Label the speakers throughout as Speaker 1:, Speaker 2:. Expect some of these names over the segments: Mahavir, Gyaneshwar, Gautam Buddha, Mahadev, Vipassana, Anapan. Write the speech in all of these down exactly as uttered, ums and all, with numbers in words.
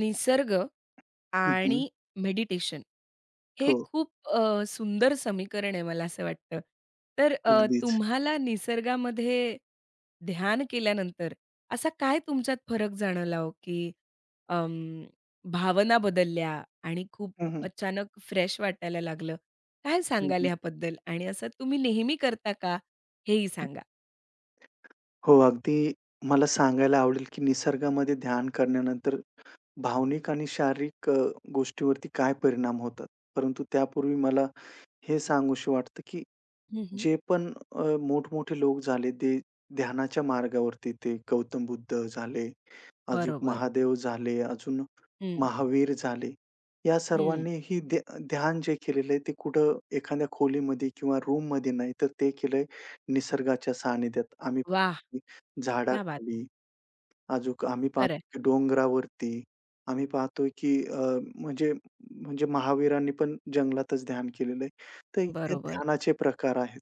Speaker 1: निसर्ग
Speaker 2: हं, हं.
Speaker 1: आणि मेडिटेशन हे
Speaker 2: हो,
Speaker 1: खूप अ, सुंदर समीकरण आहे मला असं वाटतं. तर अ,
Speaker 2: अगदीच.
Speaker 1: तुम्हाला निसर्गामध्ये ध्यान केल्यानंतर असा काय तुमच्यात फरक जाणवला हो, की अं, भावना बदलल्या आणि खूप
Speaker 2: हं, हं.
Speaker 1: अचानक फ्रेश वाटायला लागलं? काय
Speaker 2: हं,
Speaker 1: सांगाल
Speaker 2: हं.
Speaker 1: ह्याबद्दल? आणि असं तुम्ही नेहमी करता का? हेही सांगा.
Speaker 2: हो, अगदी मला सांगायला आवडेल, की निसर्गामध्ये ध्यान करण्यानंतर भावनिक आणि शारीरिक अ, गोष्टीवरती काय परिणाम होतात. परंतु त्यापूर्वी मला हे सांगूशी वाटतं, की
Speaker 1: हं, हं.
Speaker 2: जे पण अ, मोठमोठे लोक झाले, ते ध्यानाच्या मार्गावरती ते गौतम बुद्ध झाले, अजून
Speaker 1: बरोबर.
Speaker 2: महादेव झाले, अजून
Speaker 1: हं,
Speaker 2: महावीर झाले. या
Speaker 1: हं.
Speaker 2: सर्वांनीही ध्या ध्यान जे केलेलं आहे, ते कुठं एखाद्या खोलीमध्ये किंवा रूममध्ये नाही, तर ते केलंय निसर्गाच्या सानिध्यात. आम्ही
Speaker 1: वाह! क्या बात है.
Speaker 2: झाडाखाली, अजून आम्ही पाहतो
Speaker 1: खरं
Speaker 2: की डोंगरावरती, आम्ही पाहतोय की अ, म्हणजे म्हणजे महावीरांनी पण जंगलातच ध्यान केलेलं आहे. तर हे
Speaker 1: बरोबर.
Speaker 2: ध्यानाचे प्रकार आहेत.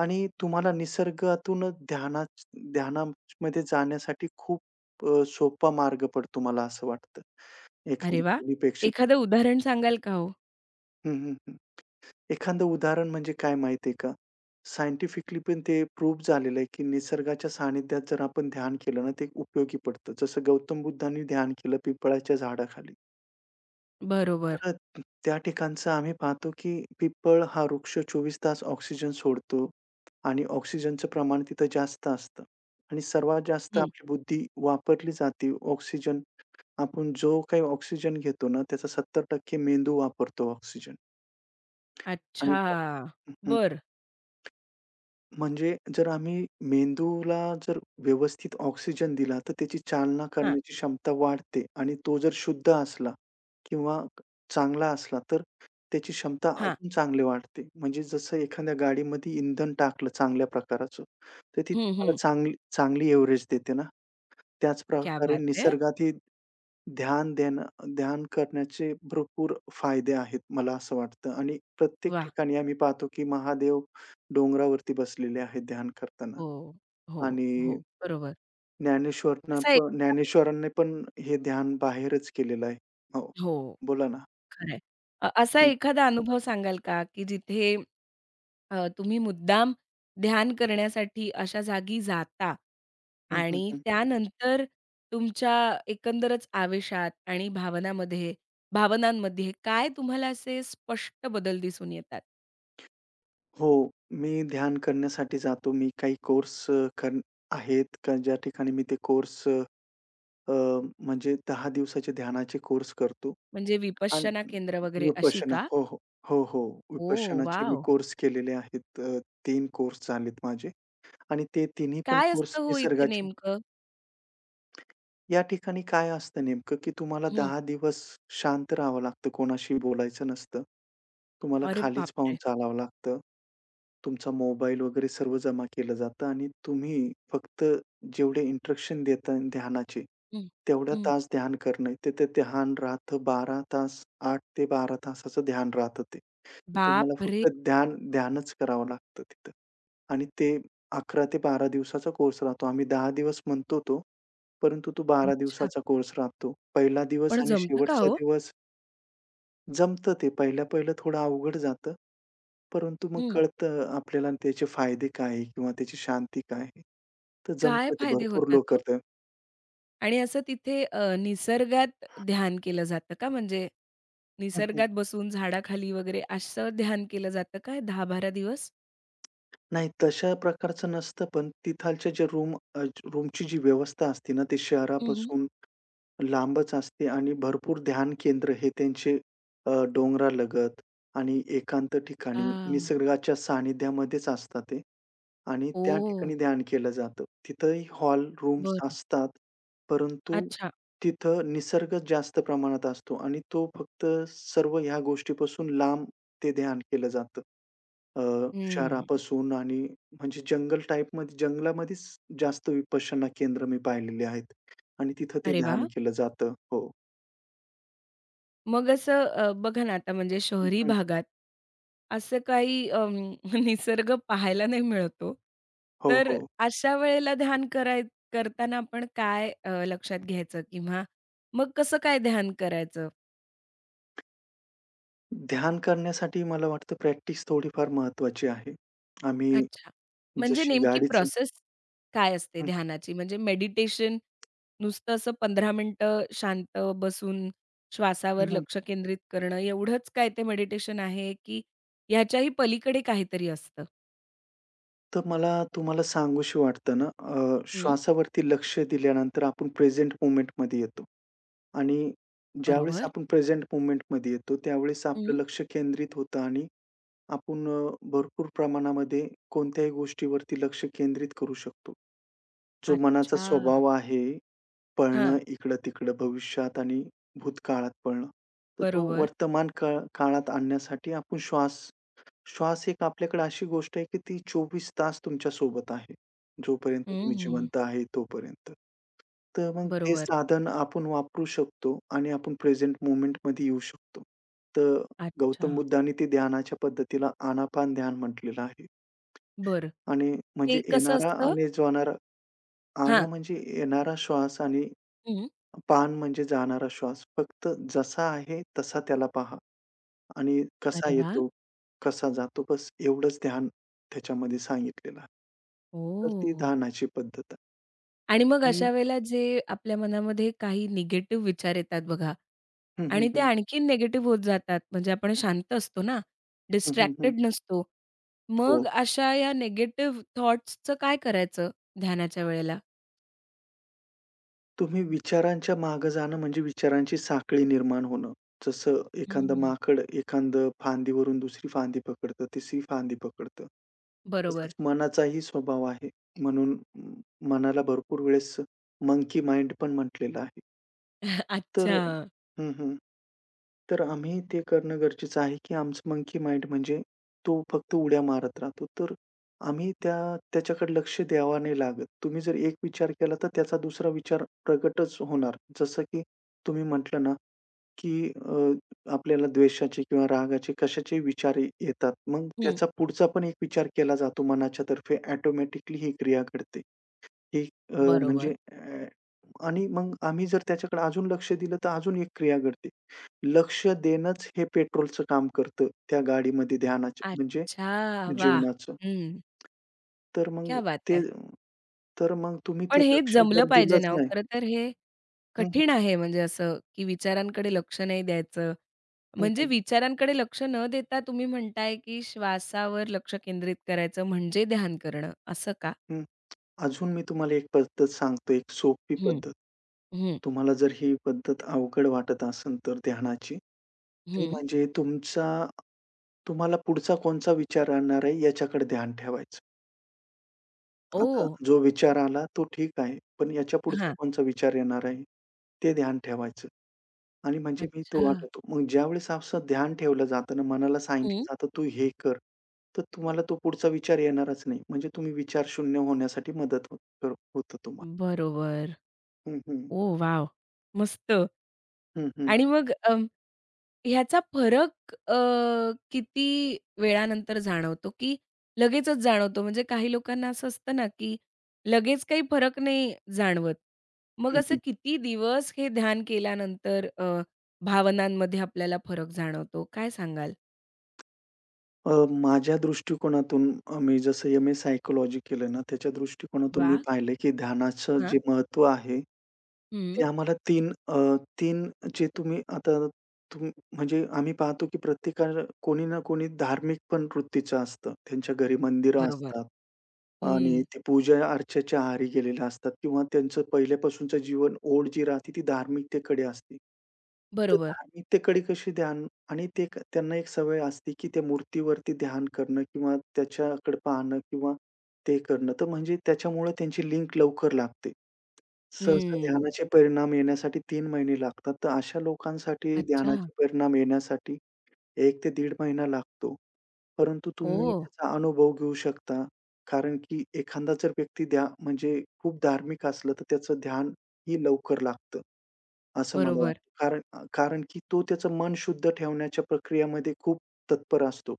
Speaker 2: आणि तुम्हाला निसर्गातून ध्याना ध्यानामध्ये जाण्यासाठी खूप अ, सोपा मार्ग पडतो मला असं वाटतं.
Speaker 1: अरे वाह!
Speaker 2: एखाद्या मुलीपेक्षा
Speaker 1: एखादं उदाहरण सांगाल का हो?
Speaker 2: हं, हं, हं. एखादं उदाहरण म्हणजे काय माहिती का? सायंटिफिकली पण ते प्रूव्ह झालेलं आहे, की निसर्गाच्या सानिध्यात जर आपण ध्यान केलं ना, ते उपयोगी पडतं. जसं गौतम बुद्धांनी ध्यान केलं पिंपळाच्या झाडाखाली.
Speaker 1: बरोबर.
Speaker 2: तर त्या ठिकाणचं आम्ही पाहतो, की पिपळ हा वृक्ष चोवीस तास ऑक्सिजन सोडतो आणि ऑक्सिजनचं प्रमाण तिथं जास्त असतं आणि सर्वात जास्त
Speaker 1: हं.
Speaker 2: आपली बुद्धी वापरली जाते. ऑक्सिजन आपण जो काही ऑक्सिजन घेतो ना, त्याचा सत्तर टक्के मेंदू वापरतो ऑक्सिजन आणि
Speaker 1: अच्छा.
Speaker 2: हं.
Speaker 1: बरं.
Speaker 2: म्हणजे जर आम्ही मेंदूला जर व्यवस्थित ऑक्सिजन दिला, तर त्याची चालना
Speaker 1: हां,
Speaker 2: करण्याची क्षमता वाढते आणि तो जर शुद्ध असला किंवा चांगला असला, तर त्याची क्षमता
Speaker 1: हां.
Speaker 2: अजून चांगली वाढते. म्हणजे जसं एखाद्या गाडीमध्ये इंधन टाकलं चांगल्या प्रकाराचं, तर ती
Speaker 1: हं,
Speaker 2: तुम्हाला
Speaker 1: हं.
Speaker 2: चांगली चांगली एव्हरेज देते ना, त्याच
Speaker 1: क्या
Speaker 2: प्रकारे
Speaker 1: बात है!
Speaker 2: निसर्गातही ध्यान देणं ध्यान करण्याचे भरपूर फायदे आहेत, मला असं वाटतं आणि प्रत्येक
Speaker 1: वाह!
Speaker 2: ठिकाणी आम्ही पाहतो, की महादेव डोंगरावरती बसलेले आहेत ध्यान करताना
Speaker 1: हो, हो,
Speaker 2: आणि
Speaker 1: हो. बरोबर.
Speaker 2: ज्ञानेश्वरनं
Speaker 1: असा
Speaker 2: पण
Speaker 1: एकदा
Speaker 2: ज्ञानेश्वरांनी पण हे ध्यान बाहेरच केलेलं आहे. हो,
Speaker 1: हो.
Speaker 2: बोला ना.
Speaker 1: खरंय. अ, असा
Speaker 2: हं,
Speaker 1: एखादा अनुभव सांगाल का, की जिथे अ, तुम्ही मुद्दाम ध्यान करण्यासाठी अशा जागी जाता
Speaker 2: हं, हं,
Speaker 1: आणि
Speaker 2: हं,
Speaker 1: त्यानंतर तुमच्या एकंदरच आवेशात आणि भावनामध्ये भावनांमध्ये काय तुम्हाला असे स्पष्ट बदल दिसून येतात?
Speaker 2: हो, मी ध्यान करण्यासाठी जातो. मी काही कोर्स अ, कर आहेत का ज्या ठिकाणी मी ते कोर्स अ, म्हणजे दहा दिवसाचे ध्यानाचे कोर्स करतो.
Speaker 1: म्हणजे विपश्यना
Speaker 2: आणि
Speaker 1: केंद्र वगैरे अशी
Speaker 2: विपश्यना.
Speaker 1: का?
Speaker 2: हो, हो. हो, हो.
Speaker 1: ओह!
Speaker 2: विपश्यनाचे मी
Speaker 1: वॉव!
Speaker 2: कोर्स केलेले आहेत. अ, तीन कोर्स झालेत माझे आणि ते तिन्ही पण
Speaker 1: काय
Speaker 2: कोर्स
Speaker 1: असतं हो इथे
Speaker 2: निसर्गाचे
Speaker 1: नेमकं?
Speaker 2: या ठिकाणी काय असतं नेमकं, की तुम्हाला
Speaker 1: हं.
Speaker 2: दहा दिवस शांत राहावं लागतं, कोणाशी बोलायचं नसतं. तुम्हाला
Speaker 1: अरे
Speaker 2: खालीच पाहून
Speaker 1: बापरे!
Speaker 2: चालावं लागतं. तुमचा मोबाईल वगैरे सर्व जमा केलं जातं आणि तुम्ही फक्त जेवढे इंस्ट्रक्शन देता ध्यानाचे,
Speaker 1: हं,
Speaker 2: तेवढा
Speaker 1: हं.
Speaker 2: तास ध्यान करणं. तर ते ध्यान राहतं बारा तास, आठ ते बारा तासाचं ध्यान राहतं ते. तर तुम्हाला
Speaker 1: बापरे!
Speaker 2: फक्त ध्यान ध्यानच करावं लागतं तिथं आणि ते अकरा ते बारा दिवसाचा कोर्स राहतो. आम्ही दहा दिवस म्हणतो तो. परंतु तो बारा
Speaker 1: अच्छा.
Speaker 2: दिवसाचा कोर्स राहतो. पहिला दिवस
Speaker 1: पण
Speaker 2: आणि
Speaker 1: जमतं का
Speaker 2: शेवटचा
Speaker 1: हो?
Speaker 2: दिवस जमतं ते. पहिलं-पहिलं थोडं अवघड जातं. परंतु मग
Speaker 1: हं.
Speaker 2: कळतं आपल्याला त्याचे फायदे काय आहे किंवा त्याची शांती काय आहे. तर
Speaker 1: काय
Speaker 2: जमतं ते
Speaker 1: फायदे
Speaker 2: भरपूर लोक
Speaker 1: होतात ओ?
Speaker 2: करतात.
Speaker 1: आणि असं तिथे अ, निसर्गात ध्यान केलं जातं का? म्हणजे निसर्गात बसून झाडाखाली वगैरे असं ध्यान केलं जातं का दहा ते बारा दिवस?
Speaker 2: नाही तशा प्रकारचं नसतं, पण तिथालचे जे रूम अ, रूमची जी व्यवस्था असते ना, ती
Speaker 1: हं, हं.
Speaker 2: शहरापासून लांबच असते आणि भरपूर ध्यान केंद्र हे त्यांचे अ, डोंगरालगत आणि एकांत
Speaker 1: अच्छा.
Speaker 2: ठिकाणी निसर्गाच्या सानिध्यामध्येच असतात ते आणि त्या
Speaker 1: ओह!
Speaker 2: ठिकाणी ध्यान केलं जातं. तिथंही हॉल रूम्स
Speaker 1: बरं.
Speaker 2: असतात, परंतु
Speaker 1: अच्छा.
Speaker 2: तिथं निसर्ग जास्त प्रमाणात असतो आणि तो फक्त सर्व ह्या गोष्टीपासून लांब ते ध्यान केलं जातं. अ,
Speaker 1: हं.
Speaker 2: शहरापासून आणि म्हणजे जंगल टाइपमध्ये जंगलामध्येच जास्त विपश्यना केंद्र मी पाहिलेली आहेत आणि तिथं ते
Speaker 1: अरे
Speaker 2: ध्यान
Speaker 1: वाह!
Speaker 2: केलं जातं. हो.
Speaker 1: मग असं अ, बघा ना, आता म्हणजे
Speaker 2: हं,
Speaker 1: शहरी
Speaker 2: हं.
Speaker 1: भागात असं काही अं, निसर्ग पाहायला नाही मिळत,
Speaker 2: हो,
Speaker 1: तर
Speaker 2: हो.
Speaker 1: अशा वेळेला ध्यान कराय करताना आपण काय अ, लक्षात घ्यायचं किंवा मग कसं काय ध्यान करायचं?
Speaker 2: ध्यान करण्यासाठी मला वाटतं प्रॅक्टिस थोडीफार महत्त्वाची आहे. आम्ही
Speaker 1: अच्छा. म्हणजे
Speaker 2: जशी
Speaker 1: नेमकी
Speaker 2: गाडीचं
Speaker 1: प्रोसेस काय असते
Speaker 2: हं,
Speaker 1: ध्यानाची? म्हणजे मेडिटेशन नुसतं असं पंधरा मिनिटं शांत बसून
Speaker 2: हं,
Speaker 1: श्वासावर
Speaker 2: हं.
Speaker 1: लक्ष केंद्रित करणं एवढंच काय ते मेडिटेशन आहे, की ह्याच्याही पलीकडे काहीतरी असतं?
Speaker 2: तर मला तुम्हाला सांगूशी वाटतं ना, अ, श्वासावरती लक्ष दिल्यानंतर आपण प्रेझेंट मोमेंटमध्ये येतो आणि ज्यावेळेस
Speaker 1: बरोबर.
Speaker 2: आपण प्रेझेंट मोमेंटमध्ये येतो, त्यावेळेस आपलं
Speaker 1: हं.
Speaker 2: लक्ष केंद्रित होतं आणि आपण अ, भरपूर प्रमाणामध्ये कोणत्याही गोष्टीवरती लक्ष केंद्रित करू शकतो. जो मनाचा
Speaker 1: अच्छा.
Speaker 2: स्वभाव आहे,
Speaker 1: हां.
Speaker 2: पळणं इकडं-तिकडं, भविष्यात आणि भूतकाळात पळणं. तर तो
Speaker 1: बरोबर.
Speaker 2: वर्तमान काळ काळात आणण्यासाठी आपण श्वास श्वास एक आपल्याकडे अशी गोष्ट आहे, की ती चोवीस तास तुमच्या सोबत आहे. जोपर्यंत तुम्ही
Speaker 1: हं.
Speaker 2: जिवंत आहे तोपर्यंत. तर मग ते
Speaker 1: बरोबर.
Speaker 2: साधन आपण वापरू शकतो आणि आपण प्रेझेंट मोमेंटमध्ये येऊ शकतो. तर
Speaker 1: अच्छा.
Speaker 2: गौतम बुद्धांनी ते ध्यानाच्या पद्धतीला आनापान ध्यान म्हटलेलं आहे.
Speaker 1: बरं.
Speaker 2: आणि
Speaker 1: ते
Speaker 2: म्हणजे
Speaker 1: कसं
Speaker 2: येणारा
Speaker 1: असतं
Speaker 2: आणि जाणारा
Speaker 1: हां.
Speaker 2: आना म्हणजे येणारा श्वास आणि
Speaker 1: हं.
Speaker 2: पान म्हणजे जाणारा श्वास. फक्त जसा आहे तसा त्याला पहा आणि कसा
Speaker 1: अरे वाह!
Speaker 2: येतो, कसा जातो बस एवढंच ध्यान त्याच्यामध्ये सांगितलेलं आहे. तर ती
Speaker 1: ओह!
Speaker 2: ध्यानाची पद्धत आहे
Speaker 1: आणि मग
Speaker 2: आणि
Speaker 1: अशा वेळेला जे आपल्या मनामध्ये काही निगेटिव्ह विचार येतात बघा
Speaker 2: हं, हं,
Speaker 1: आणि ते
Speaker 2: हं.
Speaker 1: आणखीन निगेटिव्ह होत जातात. म्हणजे आपण शांत असतो ना,
Speaker 2: हं, हं, हं.
Speaker 1: डिस्ट्रॅक्टेड नसतो.
Speaker 2: हो.
Speaker 1: मग अशा या निगेटिव्ह थॉट्सचं काय करायचं ध्यानाच्या वेळेला?
Speaker 2: तुम्ही विचारांच्या मागे जाणं म्हणजे विचारांची साखळी निर्माण होणं. जसं एखादं
Speaker 1: हं.
Speaker 2: माकड एखादं फांदीवरून दुसरी फांदी पकडतं, तिसरी फांदी पकडतं. तसंच
Speaker 1: बरोबर.
Speaker 2: मनाचाही स्वभाव आहे. म्हणून म मनाला भरपूर वेळेस मंकी माइंड पण म्हटलेलं आहे. तर
Speaker 1: अच्छा.
Speaker 2: हं, हं. तर आम्ही ते करणं गरजेचं आहे, की आमचं मंकी माइंड म्हणजे तो फक्त उड्या मारत राहतो. तर आम्ही त्या त्याच्याकडे लक्ष द्यावं नाही लागत. तुम्ही जर एक विचार केला, तर त्याचा दुसरा विचार प्रकटच होणार. जसं की तुम्ही म्हटलं ना, की अ, आपल्याला द्वेषाचे किंवा रागाचे कशाचे विचार ये- येतात. मग
Speaker 1: हं.
Speaker 2: त्याचा पुढचा पण एक विचार केला जातो मनाच्या तर्फे ऑटोमॅटिकली ही क्रिया घडते. ही अ, म्हणजे
Speaker 1: बरोबर.
Speaker 2: अ, आणि मग आम्ही जर त्याच्याकडे अजून लक्ष दिलं, तर अजून एक क्रिया घडते. लक्ष देणंच हे पेट्रोलचं काम करतं, त्या गाडीमध्ये ध्यानाचं म्हणजे
Speaker 1: अच्छा! वाह!
Speaker 2: जीवनाचं.
Speaker 1: हं.
Speaker 2: तर मग
Speaker 1: क्या बात
Speaker 2: ते
Speaker 1: है!
Speaker 2: तर मग तुम्ही ते
Speaker 1: पण हे
Speaker 2: लक्ष
Speaker 1: जमलं
Speaker 2: जर
Speaker 1: पाहिजे
Speaker 2: दिलंच
Speaker 1: ना हो.
Speaker 2: नाही
Speaker 1: खरं तर हे
Speaker 2: हं, हं.
Speaker 1: कठीण आहे म्हणजे असं, की विचारांकडे लक्ष नाही द्यायचं.
Speaker 2: हं,
Speaker 1: म्हणजे
Speaker 2: हं.
Speaker 1: विचारांकडे लक्ष न देता तुम्ही म्हणताय, की श्वासावर लक्ष केंद्रित करायचं म्हणजे ध्यान करणं, असं का?
Speaker 2: हं. अजून मी तुम्हाला एक पद्धत सांगतो, एक सोपी
Speaker 1: हं,
Speaker 2: पद्धत.
Speaker 1: हं,
Speaker 2: तुम्हाला जर ही पद्धत अवघड वाटत असेल तर ध्यानाची, ती
Speaker 1: हं.
Speaker 2: म्हणजे तुमचा तुम्हाला पुढचा कोणचा विचार आणणार आहे याच्याकडे ध्यान ठेवायचं. आता
Speaker 1: ओह!
Speaker 2: जो विचार आला तो ठीक आहे, पण याच्या पुढचा
Speaker 1: हां.
Speaker 2: कोणचा विचार येणार आहे, ते ध्यान ठेवायचं. आणि म्हणजे मी
Speaker 1: अच्छा.
Speaker 2: तो आठवतो. मग ज्यावेळेस असं ध्यान ठेवलं जातं ना, मनाला सांगितलं
Speaker 1: हं.
Speaker 2: जातं, "तू हे कर." तर तुम्हाला तो पुढचा विचार येणारच नाही. म्हणजे तुम्ही विचार शून्य होण्यासाठी मदत हो कर होतं तुम्हाला.
Speaker 1: बरोबर.
Speaker 2: हं, हं.
Speaker 1: Oh wow! मस्त.
Speaker 2: हं, हं.
Speaker 1: आणि मग अ, ह्याचा फरक अ, किती वेळानंतर जाणवतो, की लगेचच जाणवतो? म्हणजे काही लोकांना असं असतं ना, की लगेच काही फरक नाही जाणवत. मग
Speaker 2: हं,
Speaker 1: असं
Speaker 2: हं.
Speaker 1: किती दिवस हे ध्यान केल्यानंतर अ, भावनांमध्ये आपल्याला फरक जाणवतो? काय सांगाल?
Speaker 2: अ, माझ्या दृष्टिकोनातून अ, मी जसं एम-ए सायकॉलॉजी केलं ना, त्याच्या दृष्टिकोनातून मी
Speaker 1: वाह!
Speaker 2: पाहिलं, की ध्यानाचं
Speaker 1: हां.
Speaker 2: जे महत्त्व आहे,
Speaker 1: हं.
Speaker 2: ते आम्हाला तीन अ, तीन जे तुम्ही आता तुम म्हणजे आम्ही पाहतो, की प्रत्येकाला कोणी ना कोणी धार्मिक पण वृत्तीचं असतं. त्यांच्या घरी मंदिरं
Speaker 1: बरोबर.
Speaker 2: असतात. आणि
Speaker 1: हं.
Speaker 2: ते पूजा-अर्चेच्या आहारी गेलेले असतात किंवा त्यांचं पहिल्यापासूनचं जीवन ओढ जी राहते ती धार्मिकतेकडे असते. तर
Speaker 1: बरोबर.
Speaker 2: धार्मिकतेकडे कशी ध्यान आणि ते क- त्यांना एक सवय असते, की त्या मूर्तीवरती ध्यान करणं किंवा त्याच्याकडे पाहणं किंवा ते करणं. तर म्हणजे त्याच्यामुळे त्यांची लिंक लवकर लागते. सहसा
Speaker 1: हं.
Speaker 2: ध्यानाचे परिणाम येण्यासाठी तीन महिने लागतात. तर अशा लोकांसाठी
Speaker 1: अच्छा.
Speaker 2: ध्यानाचे परिणाम येण्यासाठी एक ते दीड महिना लागतो. परंतु तुम्ही
Speaker 1: ओह!
Speaker 2: त्याचा अनुभव घेऊ शकता. कारण की एखादा जर व्यक्ती ध्या म्हणजे खूप धार्मिक असलं, तर त्याचं ध्यान ही लवकर लागतं, असं मला वाटतं.
Speaker 1: बरोबर.
Speaker 2: कारण कारण की तो त्याचं मन शुद्ध ठेवण्याच्या प्रक्रियेमध्ये खूप तत्पर असतो.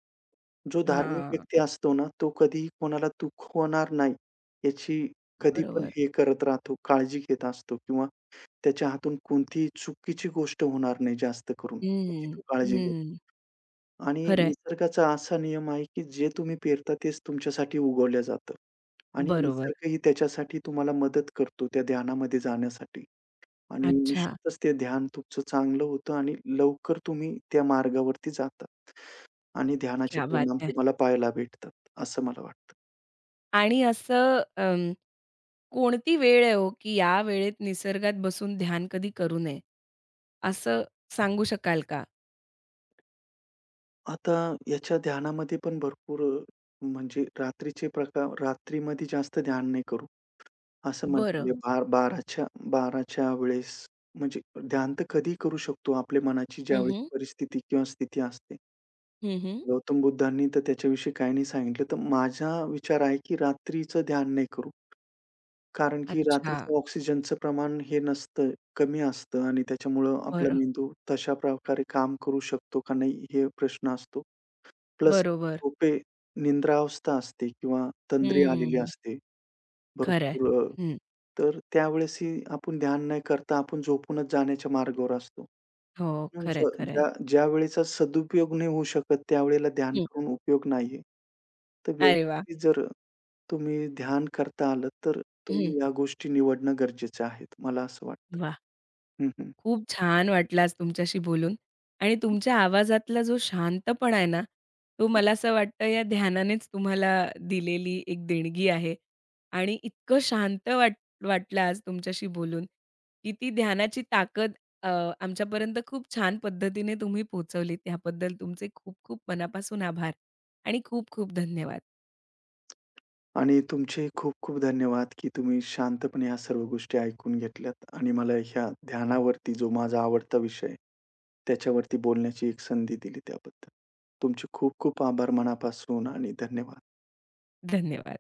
Speaker 2: जो धार्मिक
Speaker 1: हां.
Speaker 2: व्यक्ती असतो ना, तो कधीही कोणाला दुखवणार नाही, याची कधी पण
Speaker 1: बरोबर.
Speaker 2: हे करत राहतो, काळजी घेत असतो किंवा त्याच्या हातून कोणतीही चुकीची गोष्ट होणार नाही जास्त करून, याची
Speaker 1: हं.
Speaker 2: तो काळजी घेतो.
Speaker 1: हं.
Speaker 2: आणि
Speaker 1: खरंय.
Speaker 2: निसर्गाचा असा नियम आहे, की जे तुम्ही पेरता तेच तुमच्यासाठी उगवलं जातं. आणि
Speaker 1: बरोबर.
Speaker 2: निसर्गही त्याच्यासाठी तुम्हाला मदत करतो त्या ध्यानामध्ये जाण्यासाठी. आणि
Speaker 1: अच्छा.
Speaker 2: निश्चितच ते ध्यान तुमचं चांगलं होतं आणि लवकर तुम्ही त्या मार्गावरती जाता. आणि ध्यानाचे
Speaker 1: क्या बात
Speaker 2: परिणाम
Speaker 1: है!
Speaker 2: तुम्हाला पाहायला भेटतात, असं मला वाटतं.
Speaker 1: आणि असं अं, कोणती वेळ आहे हो, की या वेळेत निसर्गात बसून ध्यान कधी करू नये, असं सांगू शकाल का?
Speaker 2: आता याच्या ध्यानामध्ये पण भरपूर अ, म्हणजे रात्रीचे प्रकार रात्रीमध्ये जास्त ध्यान नाही करू असं
Speaker 1: बरं.
Speaker 2: म्हटलेले बार 12च्या 12च्या वेळेस म्हणजे ध्यान तर कधीही करू शकतो आपल्या मनाची हं.
Speaker 1: हं,
Speaker 2: ज्यावेळेस
Speaker 1: हं.
Speaker 2: परिस्थिती किंवा स्थिती असते. गौतम बुद्धांनी तर त्याच्याविषयी काही नाही सांगितलं. तर माझा विचार आहे, की रात्रीचं ध्यान नाही करू. कारण की
Speaker 1: अच्छा.
Speaker 2: रात्रीचं ऑक्सिजनचं प्रमाण हे नसतं, कमी असतं आणि त्याच्यामुळं आपला
Speaker 1: बरं.
Speaker 2: मेंदू तशा प्रकारे काम करू शकतो का नाही हे प्रश्न असतो. प्लस
Speaker 1: बरोबर.
Speaker 2: झोपे निद्रावस्था असते किंवा तंद्री आलेली
Speaker 1: हम्म.
Speaker 2: असते.
Speaker 1: खरं आहे.
Speaker 2: भरपूर
Speaker 1: हं.
Speaker 2: तर त्यावेळेसही आपण ध्यान न करता आपण झोपूनच जाण्याच्या मार्गावर असतो.
Speaker 1: हो. खरं आहे,
Speaker 2: म्हणजे
Speaker 1: खरं
Speaker 2: ज्या ज्यावेळेचा सदुपयोग नाही होऊ शकत, त्यावेळेला ध्यान करून उपयोग नाहीये. तर
Speaker 1: अरे वाह!
Speaker 2: व्यवस्थित जर तुम्ही ध्यान करता आलं, तर
Speaker 1: हं.
Speaker 2: तुम्ही या गोष्टी निवडणं गरजेचं आहे, मला असं वाटतं.
Speaker 1: वाह!
Speaker 2: हं, हं.
Speaker 1: खूप छान वाटलं आज तुमच्याशी बोलून आणि तुमच्या आवाजातला जो शांतपणा आहे ना, तो मला असं वाटतं या ध्यानानेच तुम्हाला दिलेली एक देणगी आहे आणि इतकं शांत वाट वाटलं आज तुमच्याशी बोलून, की ती ध्यानाची ताकद अ, आमच्यापर्यंत खूप छान पद्धतीने तुम्ही पोहोचवलीत. याबद्दल तुमचे खूप खूप मनापासून आभार आणि खूप खूप धन्यवाद.
Speaker 2: आणि तुमचे खूप-खूप धन्यवाद, की तुम्ही शांतपणे ह्या सर्व गोष्टी ऐकून घेतल्यात आणि मला ह्या ध्यानावरती जो माझा आवडता विषय आहे, त्याच्यावरती बोलण्याची एक संधी दिली त्याबद्दल. तुमचे खूप खूप आभार मनापासून आणि धन्यवाद.
Speaker 1: धन्यवाद.